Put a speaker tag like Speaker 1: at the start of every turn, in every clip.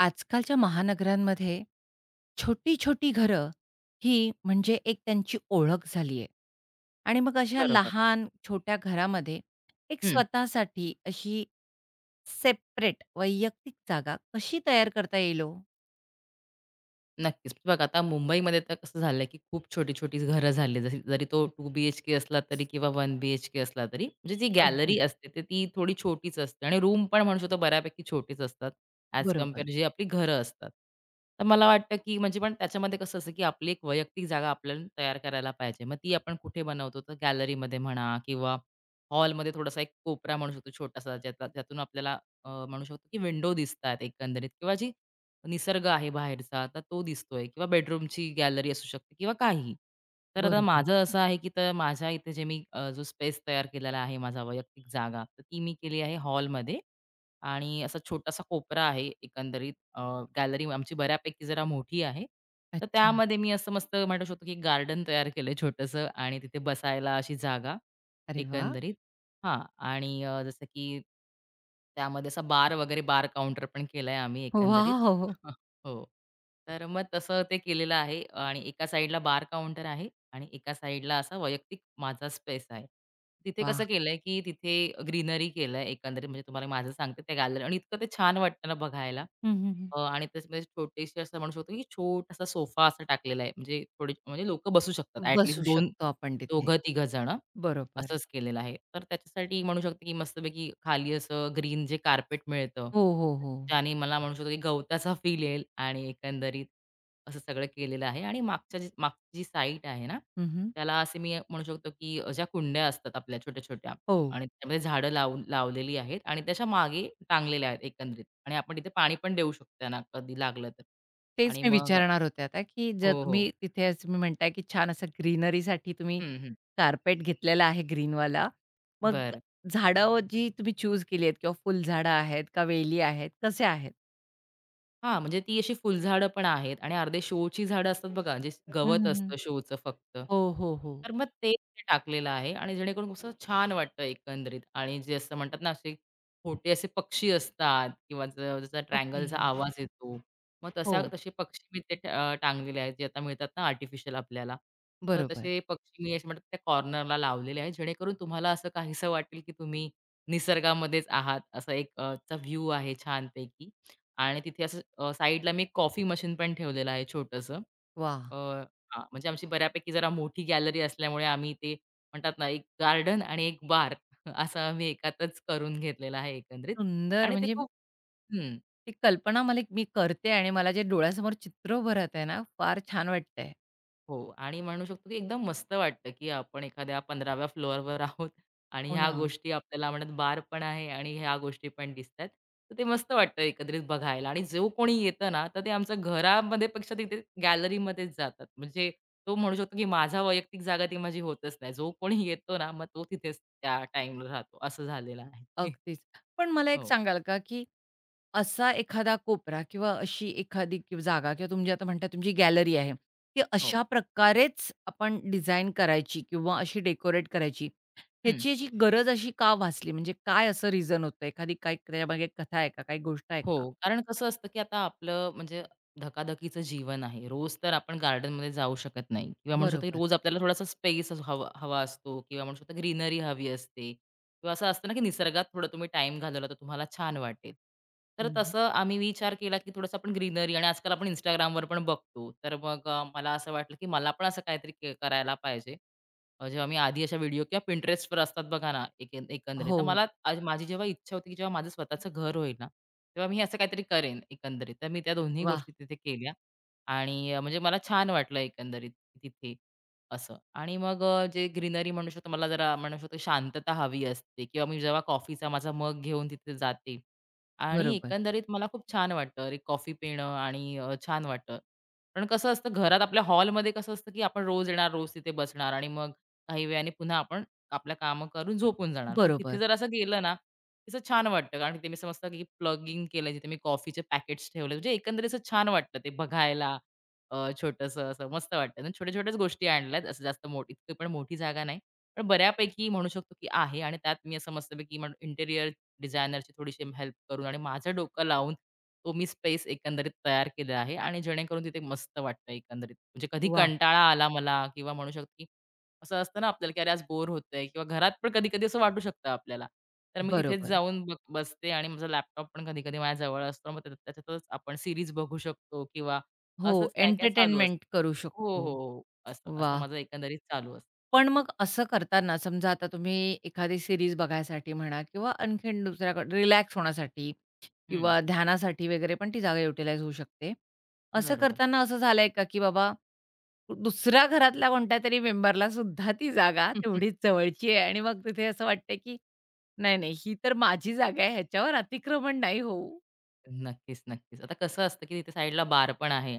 Speaker 1: आजकालच्या महानगरांमध्ये छोटी-छोटी घरं ही म्हणजे एक त्यांची ओळख झाली आहे. आणि मग अशा
Speaker 2: बरोबर.
Speaker 1: लहान छोट्या घरामध्ये एक
Speaker 2: हं.
Speaker 1: स्वतःसाठी अशी सेपरेट वैयक्तिक जागा कशी तयार करता येईल ओ?
Speaker 2: नक्कीच. बघा आता मुंबईमध्ये तर कसं झालं आहे, की खूप छोटी-छोटी घरं झाली. जशी जरी तो 2 बीएचके असला तरी किंवा 1 बीएचके असला तरी म्हणजे जी गॅलरी
Speaker 1: अगदीच.
Speaker 2: असते तर ती थोडी छोटीच असते आणि रूम पण म्हणू शकतो बऱ्यापैकी छोटीच असतात ॲज
Speaker 1: बरोबर,
Speaker 2: कंपेअर जी आपली घरं असतात. तर मला वाटतं, की म्हणजे पण त्याच्यामध्ये कसं असतं, की आपली एक वैयक्तिक जागा आपल्याला तयार करायला पाहिजे. मग ती आपण कुठे बनवतो तर गॅलरीमध्ये म्हणा किंवा हॉलमध्ये थोडासा एक कोपरा म्हणू शकतो छोटासा ज्याचा ज्यातून आपल्याला म्हणू शकतो, की विंडो दिसतात एकंदरीत किंवा जी निसर्ग आहे बाहेरचा, तर तो दिसतोय किंवा बेडरूमची गॅलरी असू शकते किंवा काही. तर आता
Speaker 1: बरोबर.
Speaker 2: माझं असं आहे, की तर माझ्या इथे जे मी जो स्पेस तयार केलेला आहे, माझा वैयक्तिक जागा, तर ती मी केली आहे हॉलमध्ये आणि असा छोटासा कोपरा आहे एकंदरीत. गॅलरी आमची बऱ्यापैकी जरा मोठी आहे. तर
Speaker 1: अच्छा.
Speaker 2: त्यामध्ये मी असं मस्त म्हणू शकतो, की गार्डन तयार केलंय छोटंसं आणि तिथे बसायला अशी जागा
Speaker 1: अरे वा,
Speaker 2: एकंदरीत. हां आणि जसं की त्यामध्ये असा बार वगैरे, बार काउंटर पण केलाय आम्ही एकंदरीत.
Speaker 1: वॉव!
Speaker 2: हो. तर मग तसं ते केलेलं आहे आणि एका साइडला बार काउंटर आहे आणि एका साइडला असा वैयक्तिक माझा स्पेस आहे. तिथे कसं
Speaker 1: वाह!
Speaker 2: केलंय, की तिथे ग्रीनरी केलंय एकंदरीत म्हणजे तुम्हाला माझं सांगते त्या गॅलरी आणि इतकं ते छान वाटतं ना बघायला.
Speaker 1: हं, हं, हं.
Speaker 2: आणि त्याच्यामध्ये छोटीशी असं म्हणू शकतो, की छोटासा सोफा असा टाकलेला आहे. म्हणजे थोडे म्हणजे लोकं बसू शकतात ॲट लीस्ट
Speaker 1: बसू शकतो आपण तिथे.
Speaker 2: दोघं-तिघं जणं.
Speaker 1: बरोबर.
Speaker 2: असंच केलेलं आहे. तर त्याच्यासाठी म्हणू शकते, की मस्तपैकी खाली असं ग्रीन जे कार्पेट मिळतं
Speaker 1: हो, हो, हो.
Speaker 2: ज्याने मला म्हणू शकतो की गवताचा फील येईल आणि एकंदरीत असं सगळं केलेलं आहे आणि मागच्या जी मागची जी साईट आहे ना,
Speaker 1: हं, हं.
Speaker 2: त्याला असे मी म्हणू शकतो की ज्या कुंड्या असतात आपल्या छोट्या-छोट्या
Speaker 1: हो.
Speaker 2: आणि त्यामध्ये झाडं लावून लावलेली आहेत आणि त्याच्या मागे टांगलेल्या आहेत एकंदरीत आणि आपण तिथे पाणी पण देऊ शकतो त्यांना कधी लागलं तर.
Speaker 1: तेच
Speaker 2: आणि
Speaker 1: मी
Speaker 2: मग
Speaker 1: विचारणार होते आता, की जर
Speaker 2: हो, हो.
Speaker 1: तुम्ही तिथे असं तुम्ही म्हणताय, की छान असं ग्रीनरीसाठी तुम्ही
Speaker 2: हं, हं.
Speaker 1: कार्पेट घेतलेला आहे ग्रीनवाला. मग
Speaker 2: बरं.
Speaker 1: झाडं जी तुम्ही चूज केली आहेत किंवा फुलझाडं आहेत का वेली आहेत, कसे आहेत?
Speaker 2: हां, म्हणजे ती अशी फुलझाडं पण आहेत आणि अर्धे शोची झाडं असतात बघा, जे
Speaker 1: हं,
Speaker 2: गवत
Speaker 1: हं, हं.
Speaker 2: असतं शोचं फक्त.
Speaker 1: हो, हो, हो.
Speaker 2: तर मग ते तिथे टाकलेलं आहे आणि जेणेकरून कसं छान वाटतं एकंदरीत आणि जे असं म्हणतात ना, असे खोटे असे पक्षी असतात किंवा जसा
Speaker 1: ओके.
Speaker 2: ट्रँगलचा आवाज येतो. मग
Speaker 1: हो,
Speaker 2: तसे पक्षी मी ते टांगलेले आहेत, जे आता मिळतात ना आर्टिफिशियल आपल्याला. तर
Speaker 1: बरोबर.
Speaker 2: तसे पक्षी मी असे म्हणतात त्या कॉर्नरला लावलेले आहेत, जेणेकरून तुम्हाला असं काहीसं वाटेल, की तुम्ही निसर्गामध्येच आहात. असा एक चा व्ह्यू आहे छानपैकी आणि तिथे असं साइडला मी कॉफी मशीन पण ठेवलेलं आहे छोटंसं.
Speaker 1: वाह!
Speaker 2: हां, म्हणजे आमची बऱ्यापैकी जरा मोठी गॅलरी असल्यामुळे आम्ही ते म्हणतात ना, एक गार्डन आणि एक बार असं आम्ही एकातच करून घेतलेला आहे एकंदरीत
Speaker 1: सुंदर
Speaker 2: आणि ते
Speaker 1: म्हणजे
Speaker 2: खूप हं.
Speaker 1: ती कल्पना मला मी करते आणि मला जे डोळ्यासमोर चित्र उभं राहतंय ना, फार छान वाटतंय.
Speaker 2: हो आणि म्हणू शकतो की एकदम मस्त वाटतं, की आपण एखाद्या 15व्या फ्लोअरवर आहोत आणि
Speaker 1: हो
Speaker 2: ह्या
Speaker 1: ना.
Speaker 2: गोष्टी आपल्याला म्हणत बार पण आहे आणि ह्या गोष्टी पण दिसतायत. तर ते मस्त वाटतं एकत्रित बघायला आणि जो कोणी येतं ना, तर ते आमच्या घरामध्ये पेक्षा तिथे गॅलरीमध्येच जातात. म्हणजे तो म्हणू शकतो की माझा वैयक्तिक जागा ती माझी होतच नाही. जो कोणी येतो ना, मग तो तिथेच त्या टाईमला राहतो असं झालेलं आहे.
Speaker 1: अगदीच. पण मला एक
Speaker 2: हो,
Speaker 1: सांगाल का, की असा एखादा कोपरा किंवा अशी एखादी कि जागा किंवा तुम्ही आता म्हणता तुमची गॅलरी आहे. ती
Speaker 2: हो.
Speaker 1: अशा प्रकारेच आपण डिझाइन करायची किंवा अशी डेकोरेट करायची,
Speaker 2: हं.
Speaker 1: ह्याची अशी गरज अशी का भासली? म्हणजे काय असं रिझन होतं? एखादी काही त्यामागे कथा आहे का? काही गोष्ट आहे का?
Speaker 2: हो, कारण कसं असतं, की आता आपलं म्हणजे धकाधकीचं जीवन आहे. रोज तर आपण गार्डनमध्ये जाऊ शकत नाही किंवा म्हणू शकतो, की
Speaker 1: बरोबर.
Speaker 2: रोज आपल्याला थोडासा स्पेस हवा हवा असतो किंवा म्हणू शकतो ग्रीनरी हवी असते किंवा असं असतं ना, की निसर्गात थोडा तुम्ही टाईम घालवला तर तुम्हाला छान वाटेल. तर
Speaker 1: हं,
Speaker 2: तसं आम्ही विचार केला, की थोडंसं आपण ग्रीनरी आणि आजकाल आपण Instagramवर पण बघतो. तर मग मला असं वाटलं, की मला पण असं काहीतरी करायला पाहिजे. जेव्हा मी आधी अशा व्हिडिओ किंवा Pinterestवर असतात बघा ना, एकंदरीत.
Speaker 1: हो.
Speaker 2: तर मला आज माझी जेव्हा इच्छा होती, की जेव्हा माझं स्वतःचं घर होईल ना, तेव्हा मी असं काहीतरी करेन एकंदरीत. तर मी त्या दोन्ही
Speaker 1: वाह!
Speaker 2: गोष्टी तिथे केल्या आणि म्हणजे मला छान वाटलं एकंदरीत तिथे असं. आणि मग जे ग्रीनरी म्हणू शकतो, मला जरा म्हणू शकतो शांतता हवी असते किंवा मी जेव्हा कॉफीचा माझा मग घेऊन तिथे जाते आणि
Speaker 1: बरोबर.
Speaker 2: एकंदरीत मला खूप छान वाटतं. अरे, कॉफी पिणं आणि छान वाटतं. कारण कसं असतं, घरात आपल्या हॉलमध्ये कसं असतं, की आपण रोज येणार, रोज तिथे बसणार आणि मग काही वेळाने पुन्हा आपण आपल्या कामं करून झोपून जाणार. पण तिथे
Speaker 1: बरोबर.
Speaker 2: जर असं गेलं ना, असं छान वाटतं. कारण तिथे मी समजतं की प्लगिंग केलं, जिथे मी कॉफीचे पॅकेट्स ठेवले. म्हणजे एकंदरीत असं छान वाटलं ते बघायला. छोटंसं असं मस्त वाटतं आणि छोट्या-छोट्याच गोष्टी आणल्यात. असं जास्त मोठी इतकी पण मोठी जागा नाही. पण बऱ्यापैकी म्हणू शकतो की आहे आणि त्यात मी असं मस्तपैकी इंटेरियर डिझायनरची थोडीशी हेल्प करून आणि माझं डोकं लावून तो मी स्पेस एकंदरीत तयार केला आहे आणि जेणेकरून तिथे मस्त वाटतं एकंदरीत. म्हणजे कधी
Speaker 1: वाह!
Speaker 2: कंटाळा आला मला किंवा म्हणू शकतो की असं असतं ना आपल्याला, की अरे आज बोर होतंय किंवा घरात पण कधी-कधी असं वाटू शकतं आपल्याला. तर मी तिथेच
Speaker 1: बरोबर.
Speaker 2: जाऊन बघ बसते आणि माझा लॅपटॉप पण कधी-कधी माझ्या जवळ असतो. मग त्याच्यातच आपण सीरीज बघू शकतो किंवा
Speaker 1: हो,
Speaker 2: असंच काय-काय चालू असतं.
Speaker 1: एंटरटेनमेंट करू
Speaker 2: हो, हो,
Speaker 1: शकतो.
Speaker 2: हो. असं असं
Speaker 1: वाह!
Speaker 2: माझं एकंदरीत चालू असतं.
Speaker 1: पण मग असं करताना समजा आता तुम्ही एखादी सीरीज बघायसाठी म्हणा किंवा आणखीन दुसऱ्याकडे रिलॅक्स होण्यासाठी
Speaker 2: हं.
Speaker 1: किंवा ध्यानासाठी वगैरे पण ती जागा युटिलाइज होऊ शकते. असं
Speaker 2: बरोबर.
Speaker 1: करताना असं झालंय का, की बाबा दुसऱ्या घरातल्या कोणत्यातरी मेंबरला सुद्धा ती जागा तेवढीच जवळची आहे आणि मग तिथे असं वाटतंय, की नाही, नाही ही तर माझी जागा आहे ह्याच्यावर अतिक्रमण नाही होऊ.
Speaker 2: नक्कीच. आता कसं असतं, की तिथे साईडला बार पण आहे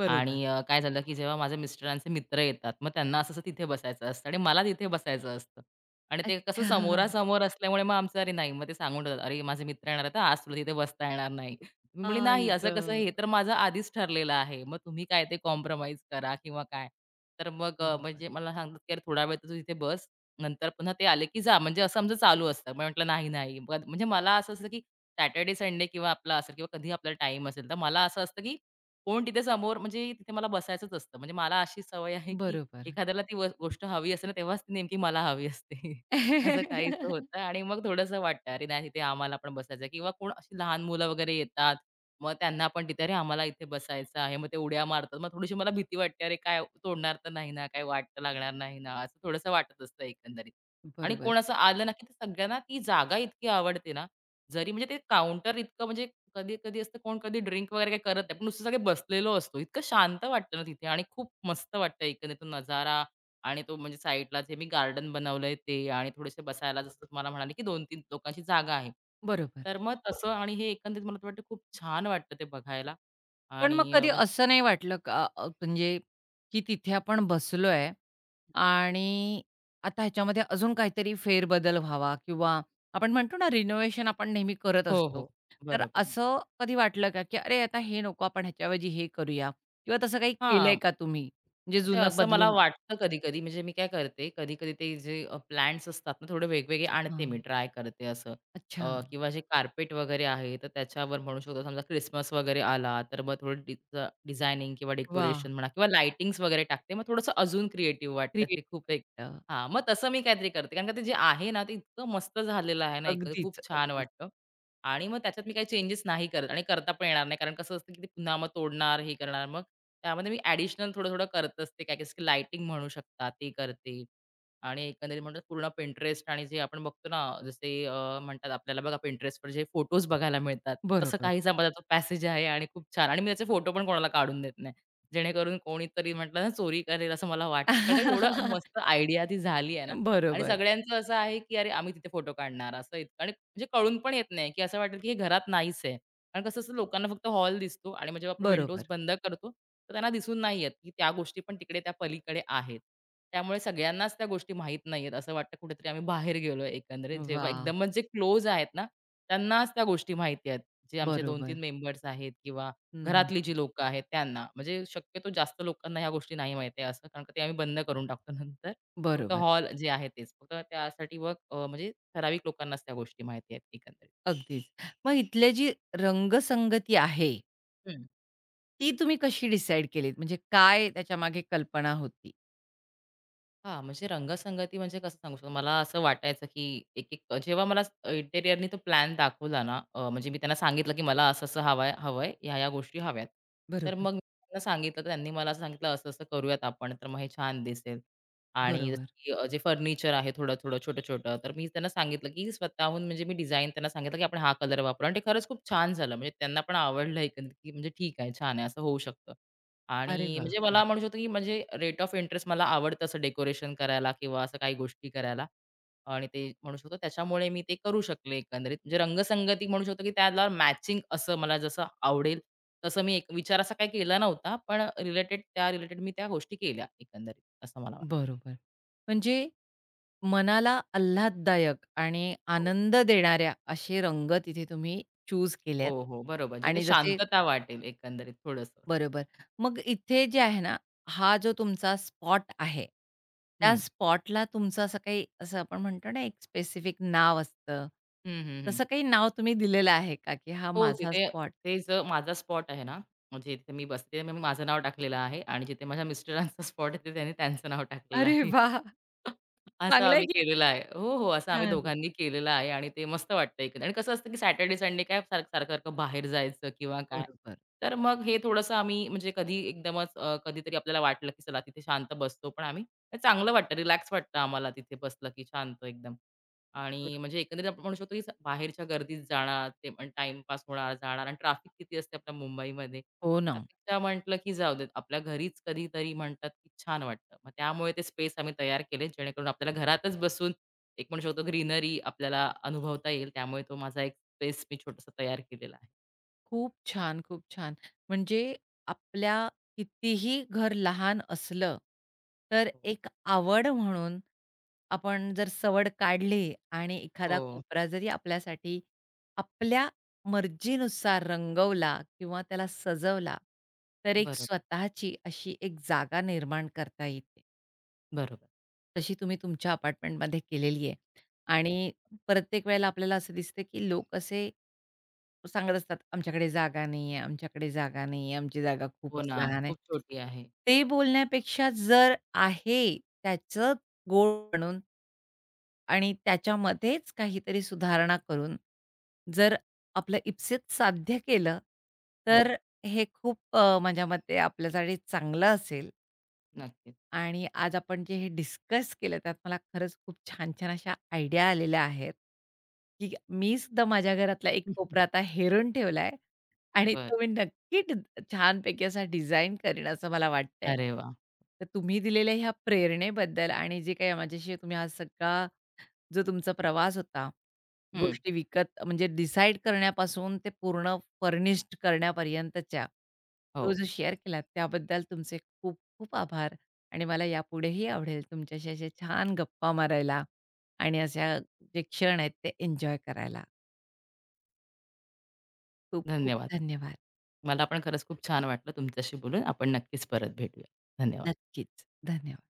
Speaker 1: बरोबर.
Speaker 2: आणि काय झालं, की जेव्हा माझ्या मिस्टरांचे मित्र येतात, मग त्यांना असं-असं तिथे बसायचं असतं आणि मला तिथे बसायचं असतं आणि ते कसं
Speaker 1: अच्छा.
Speaker 2: समोरासमोर असल्यामुळे मग आमचं अरे नाही, मग ते सांगून ठेवतात, "अरे, माझे मित्र येणार आहेत आज तुला तिथे बसता येणार नाही." मी म्हटली, "नाही,
Speaker 1: आई
Speaker 2: असं कसं?
Speaker 1: गं!
Speaker 2: हे तर माझं आधीच ठरलेलं आहे. मग तुम्ही काय ते कॉम्प्रोमाईज करा किंवा काय." तर मग
Speaker 1: बरोबर.
Speaker 2: म्हणजे मला सांगतात, की "अरे, थोडा वेळ तर तू इथे बस, नंतर पुन्हा ते आले की जा." म्हणजे असं आमचं चालू असतं. मग म्हटलं, "नाही, नाही." मग म्हणजे मला असं असतं, की सॅटर्डे, संडे किंवा आपला असेल किंवा कधीही आपला टाईम असेल, तर मला असं असतं, की कोण तिथे समोर म्हणजे तिथे मला बसायचंच असतं. म्हणजे मला अशी सवय आहे, की
Speaker 1: बरोबर.
Speaker 2: एखाद्याला ती गोष्ट हवी असते ना, तेव्हाच ती नेमकी मला हवी असते. असं काहीसं होतं आणि मग थोडंसं वाटतं, "अरे नाही, तिथे आम्हाला पण बसायचं किंवा कोण अशी लहान मुलं वगैरे येतात, मग त्यांना पण तिथे, "अरे आम्हाला इथे बसायचं आहे." मग ते उड्या मारतात. मग थोडीशी मला भीती वाटते, "अरे काय तोडणार तर नाही ना? काही वाट तर लागणार नाही ना?" असं थोडंसं वाटत असतं एकंदरीत. आणि
Speaker 1: बरोबर.
Speaker 2: कोण असं आलं ना, की ते सगळ्यांना ती जागा इतकी आवडते ना, जरी म्हणजे ते काउंटर इतकं म्हणजे कधी-कधी असतं कोण कधी ड्रिंक वगैरे काही करत नाही. पण नुसतं सगळे बसलेलो असतो. इतकं शांत वाटतं ना तिथे आणि खूप मस्त वाटतं एकंदरीत तो नजारा आणि तो म्हणजे साईडला जे मी गार्डन बनवलंय ते आणि थोडेसे बसायला जसं तुम्हाला म्हणाले, की 2-3 लोकांची जागा आहे.
Speaker 1: बरोबर.
Speaker 2: तर मग तसं आणि हे एकंदरीत मला तर वाटतं खूप छान वाटतं ते बघायला
Speaker 1: पण मग
Speaker 2: आणि
Speaker 1: कधी
Speaker 2: म्हणजे
Speaker 1: असं नाही वाटलं का म्हणजे की तिथे आपण बसलोय आणि आता ह्याच्यामध्ये अजून काहीतरी फेरबदल व्हावा किंवा आपण म्हणतो ना रिनोव्हेशन आपण नेहमी करत
Speaker 2: हो,
Speaker 1: असतो.
Speaker 2: हो.
Speaker 1: तर
Speaker 2: बरोबर.
Speaker 1: असं कधी वाटलं का, की "अरे, आता हे नको आपण ह्याच्याऐवजी हे करूया" किंवा तसं काही केलंय
Speaker 2: हां.
Speaker 1: का तुम्ही? म्हणजे
Speaker 2: अच्छा,
Speaker 1: जुनं
Speaker 2: असं मला
Speaker 1: बदलून
Speaker 2: वाटतं कधी-कधी म्हणजे मी काय करते, कधी-कधी ते जे प्लांट्स असतात ना, थोडे वेगवेगळे आणते मी,
Speaker 1: हां.
Speaker 2: ट्राय करते असं.
Speaker 1: अच्छा.
Speaker 2: अ, किंवा जे कार्पेट वगैरे आहे, तर त्याच्यावर म्हणू शकतो समजा क्रिसमस वगैरे आला, तर मग थोडं डिझायनिंग किंवा
Speaker 1: वाह!
Speaker 2: डेकोरेशन म्हणा किंवा लाइटिंग्स वगैरे टाकते. मग थोडंसं अजून क्रिएटिव्ह वाटतं ते
Speaker 1: क्रिएट
Speaker 2: खूप एक हां, मग तसं मी काहीतरी करते. कारण का ते जे आहे ना, ते इतकं मस्त झालेलं आहे ना, एक खूप
Speaker 1: अगदीच,
Speaker 2: छान
Speaker 1: अगदीच.
Speaker 2: वाटतं. आणि मग त्याच्यात मी काही चेंजेस नाही करत आणि करता पण येणार नाही. कारण कसं असतं, की ते पुन्हा मग तोडणार, हे करणार. मग त्यामध्ये मी ॲडिशनल थोडं-थोडं करत असते. काय की लाइटिंग म्हणू शकता, ते करते. आणि एकंदरीत म्हणतात पूर्ण Pinterest आणि जे आपण बघतो ना, जसे म्हणतात आपल्याला बघा Pinterestवर जे फोटोज बघायला मिळतात, तसं
Speaker 1: बरोबर.
Speaker 2: काहीसा माझा तो पॅसेज आहे आणि खूप छान आणि मी त्याचे फोटो पण कोणाला काढून देत नाही. जेणेकरून कोणीतरी म्हटलं ना, चोरी करेल असं मला वाटतं. कारण का एवढं मस्त आयडिया ती झाली आहे ना आणि
Speaker 1: बरोबर,
Speaker 2: सगळ्यांचं असं आहे, की "अरे, आम्ही तिथे फोटो काढणार." असं म्हणजे कळून पण येत नाही, की असं वाटेल की हे घरात नाहीच आहे. कारण कसं असतं लोकांना फक्त हॉल दिसतो आणि म्हणजे आपण विंडोज
Speaker 1: बरोबर.
Speaker 2: बंद करतो, तर त्यांना दिसून नाही येत, की त्या गोष्टी पण तिकडे त्या पलीकडे आहेत. त्यामुळे सगळ्यांनाच त्या गोष्टी माहीत नाहीयेत. असं वाटतं कुठेतरी आम्ही बाहेर गेलोय एकंदरीत. जेव्हा
Speaker 1: वाह!
Speaker 2: एकदमच जे क्लोज आहेत ना, त्यांनाच त्या गोष्टी माहिती आहेत. जे आमचे 2-3
Speaker 1: बरोबर.
Speaker 2: मेंबर्स आहेत किंवा
Speaker 1: हं,
Speaker 2: घरातली जी लोकं आहेत त्यांना. म्हणजे शक्यतो जास्त लोकांना ह्या गोष्टी नाही माहिती आहे असं, कारण का ते आम्ही बंद करून टाकतो नंतर. फक्त
Speaker 1: बरोबर.
Speaker 2: हॉल जे आहे तेच. फक्त त्यासाठी मग म्हणजे ठराविक लोकांनाच त्या गोष्टी माहिती आहेत एकंदरीत.
Speaker 1: अगदीच. मग इथले जी रंगसंगती आहे,
Speaker 2: हं.
Speaker 1: ती तुम्ही कशी डिसाईड केलीत? म्हणजे काय त्याच्या मागे कल्पना होती?
Speaker 2: हां, म्हणजे रंगसंगती म्हणजे कसं सांगू शकतो, मला असं वाटायचं की एक-एक जेव्हा मला इंटेरिअरनी तो प्लॅन दाखवला ना, म्हणजे मी त्यांना सांगितलं की मला असं-असं हवंय हवंय, ह्या-ह्या गोष्टी हव्यात. तर
Speaker 1: बरोबर,
Speaker 2: मग मी त्यांना सांगितलं, तर त्यांनी मला सांगितलं, "असं-असं करूयात आपण, तर मग हे छान दिसेल." आणि जसं
Speaker 1: बरोबर.
Speaker 2: की जे फर्निचर आहे थोडं-थोडं, छोटं-छोटं, तर मी त्यांना सांगितलं की स्वतःहून म्हणजे मी डिझाइन त्यांना सांगितलं की आपण हा कलर वापरू आणि ते खरंच खूप छान झालं. म्हणजे त्यांना पण आवडलं एकंदरीत की म्हणजे ठीक आहे, छान आहे, असं होऊ शकतं.
Speaker 1: अरे
Speaker 2: आणि
Speaker 1: वाह!
Speaker 2: म्हणजे हं. मला म्हणू शकतो, की म्हणजे रेट ऑफ इंटरेस्ट मला आवडतं असं डेकोरेशन करायला किंवा असं काही गोष्टी करायला आणि ते म्हणू शकतो त्याच्यामुळे मी ते करू शकले एकंदरीत. म्हणजे रंगसंगती म्हणू शकतो, की त्याला मॅचिंग असं मला जसं आवडेल तसं मी एक विचार असा काही केला नव्हता. पण रिलेटेड मी त्या गोष्टी केल्या एकंदरीत असं मला वाटतं.
Speaker 1: बरोबर. म्हणजे मनाला आल्हाददायक आणि
Speaker 2: हो.
Speaker 1: आनंद देणाऱ्या असे रंग तिथे तुम्ही चूज
Speaker 2: हो,
Speaker 1: केलेत
Speaker 2: हो. बरोबर. म्हणजे ते
Speaker 1: आणि जसे
Speaker 2: शांतता वाटेल एकंदरीत थोडंसं.
Speaker 1: बरोबर. मग इथे जे आहे ना, हा जो तुमचा स्पॉट आहे, त्या
Speaker 2: हं.
Speaker 1: स्पॉटला तुमचं असं काही असं आपण म्हणतो ना, एक स्पेसिफिक नाव असतं.
Speaker 2: हं.
Speaker 1: तसं काही नाव तुम्ही दिलेलं आहे का, की हा
Speaker 2: हो,
Speaker 1: माझा
Speaker 2: तिथे
Speaker 1: स्पॉट?
Speaker 2: ते जो माझा स्पॉट आहे ना, म्हणजे इथे मी बसते, मग मी माझं नाव टाकलेलं आहे आणि जिथे माझ्या मिस्टरांचा स्पॉट आहे, तिथे त्यांनी त्यांचं नाव टाकलेलं
Speaker 1: अरे
Speaker 2: आहे.
Speaker 1: वाह!
Speaker 2: असं
Speaker 1: चांगलं आहे
Speaker 2: आम्ही
Speaker 1: की?
Speaker 2: केलेलं आहे. हो, हो. असं आम्ही
Speaker 1: छान.
Speaker 2: दोघांनी केलेलं आहे आणि ते मस्त वाटतं एकंदरीत. आणि कसं असतं, की सॅटर्डे, संडे काय सारखं, सारखं बाहेर जायचं किंवा काय.
Speaker 1: बरोबर,
Speaker 2: तर मग हे थोडंसं आम्ही म्हणजे कधी एकदमच कधीतरी आपल्याला वाटलं, की चला तिथे शांत बसतो. पण आम्ही चांगलं वाटतं, रिलॅक्स वाटतं आम्हाला तिथे बसलं, की शांत एकदम. आणि
Speaker 1: बरोबर.
Speaker 2: म्हणजे एकंदरीत आपण म्हणू शकतो, की बाहेरच्या गर्दीत जाणार, ते पण टाईमपास होणार, जाणार आणि ट्रॅफिक किती असते आपल्या मुंबईमध्ये.
Speaker 1: हो ना.
Speaker 2: त्यापेक्षा म्हटलं की जाऊ देत. आपल्या घरीच कधीतरी म्हणतात की छान वाटतं. मग त्यामुळे ते स्पेस आम्ही तयार केले जेणेकरून आपल्याला घरातच बसून एक म्हणू शकतो ग्रीनरी आपल्याला अनुभवता येईल. त्यामुळे तो माझा एक स्पेस मी छोटासा तयार केलेला आहे.
Speaker 1: खूप छान, खूप छान. म्हणजे आपल्या कितीही घर लहान असलं, तर
Speaker 2: हो.
Speaker 1: एक आवड म्हणून आपण जर सवड काढली आणि एखादा
Speaker 2: हो.
Speaker 1: कोपरा जरी आपल्यासाठी आपल्या मर्जीनुसार रंगवला किंवा त्याला सजवला, तर एक
Speaker 2: बरोबर,
Speaker 1: स्वतःची अशी एक जागा निर्माण करता येते.
Speaker 2: बरोबर.
Speaker 1: तशी तुम्ही तुमच्या अपार्टमेंटमध्ये केलेली आहे
Speaker 2: हो.
Speaker 1: आणि प्रत्येक वेळेला आपल्याला असं दिसते, की लोक असे सांगत असतात, "आमच्याकडे जागा नाहीये, आमच्याकडे जागा नाहीये, आमची जागा
Speaker 2: हो
Speaker 1: खूपच
Speaker 2: ना,
Speaker 1: लहान आहे."
Speaker 2: खूप छोटी आहे.
Speaker 1: ते बोलण्यापेक्षा जर आहे त्याचं गोड बनून आणि त्याच्यामध्येच काहीतरी सुधारणा करून जर आपलं इप्सित साध्य केलं,
Speaker 2: हो,
Speaker 1: तर हे खूप माझ्या मते आपल्यासाठी चांगलं असेल.
Speaker 2: नक्कीच.
Speaker 1: आणि आज आपण जे हे डिस्कस केलं त्यात मला खरंच खूप छान-छान अशा आयडिया आलेल्या आहेत, की मी सुद्धा माझ्या घरातला एक कोपरा आता हेरून ठेवलाय आणि
Speaker 2: बरं.
Speaker 1: तो मी नक्की ड छानपैकी असा डिझाइन करीन असं मला वाटतंय.
Speaker 2: अरे वाह!
Speaker 1: तर तुम्ही दिलेल्या ह्या प्रेरणेबद्दल आणि जे काही माझ्याशी तुम्ही हा सगळा जो तुमचा प्रवास होता,
Speaker 2: हं.
Speaker 1: गोष्टी विकत म्हणजे डिसाईड करण्यापासून ते पूर्ण फर्निश्ड करण्यापर्यंतच्या, तो
Speaker 2: हो,
Speaker 1: जो शेअर केलात त्याबद्दल तुमचे खूप खूप आभार आणि मला यापुढेही आवडेल तुमच्याशी अशा छान गप्पा मारायला आणि अशा जे क्षण आहेत ते एन्जॉय करायला. खूप खूप
Speaker 2: धन्यवाद.
Speaker 1: धन्यवाद.
Speaker 2: मला पण खरंच खूप छान वाटलं तुमच्याशी बोलून. आपण नक्कीच परत भेटूया. धन्यवाद.
Speaker 1: नक्कीच. धन्यवाद.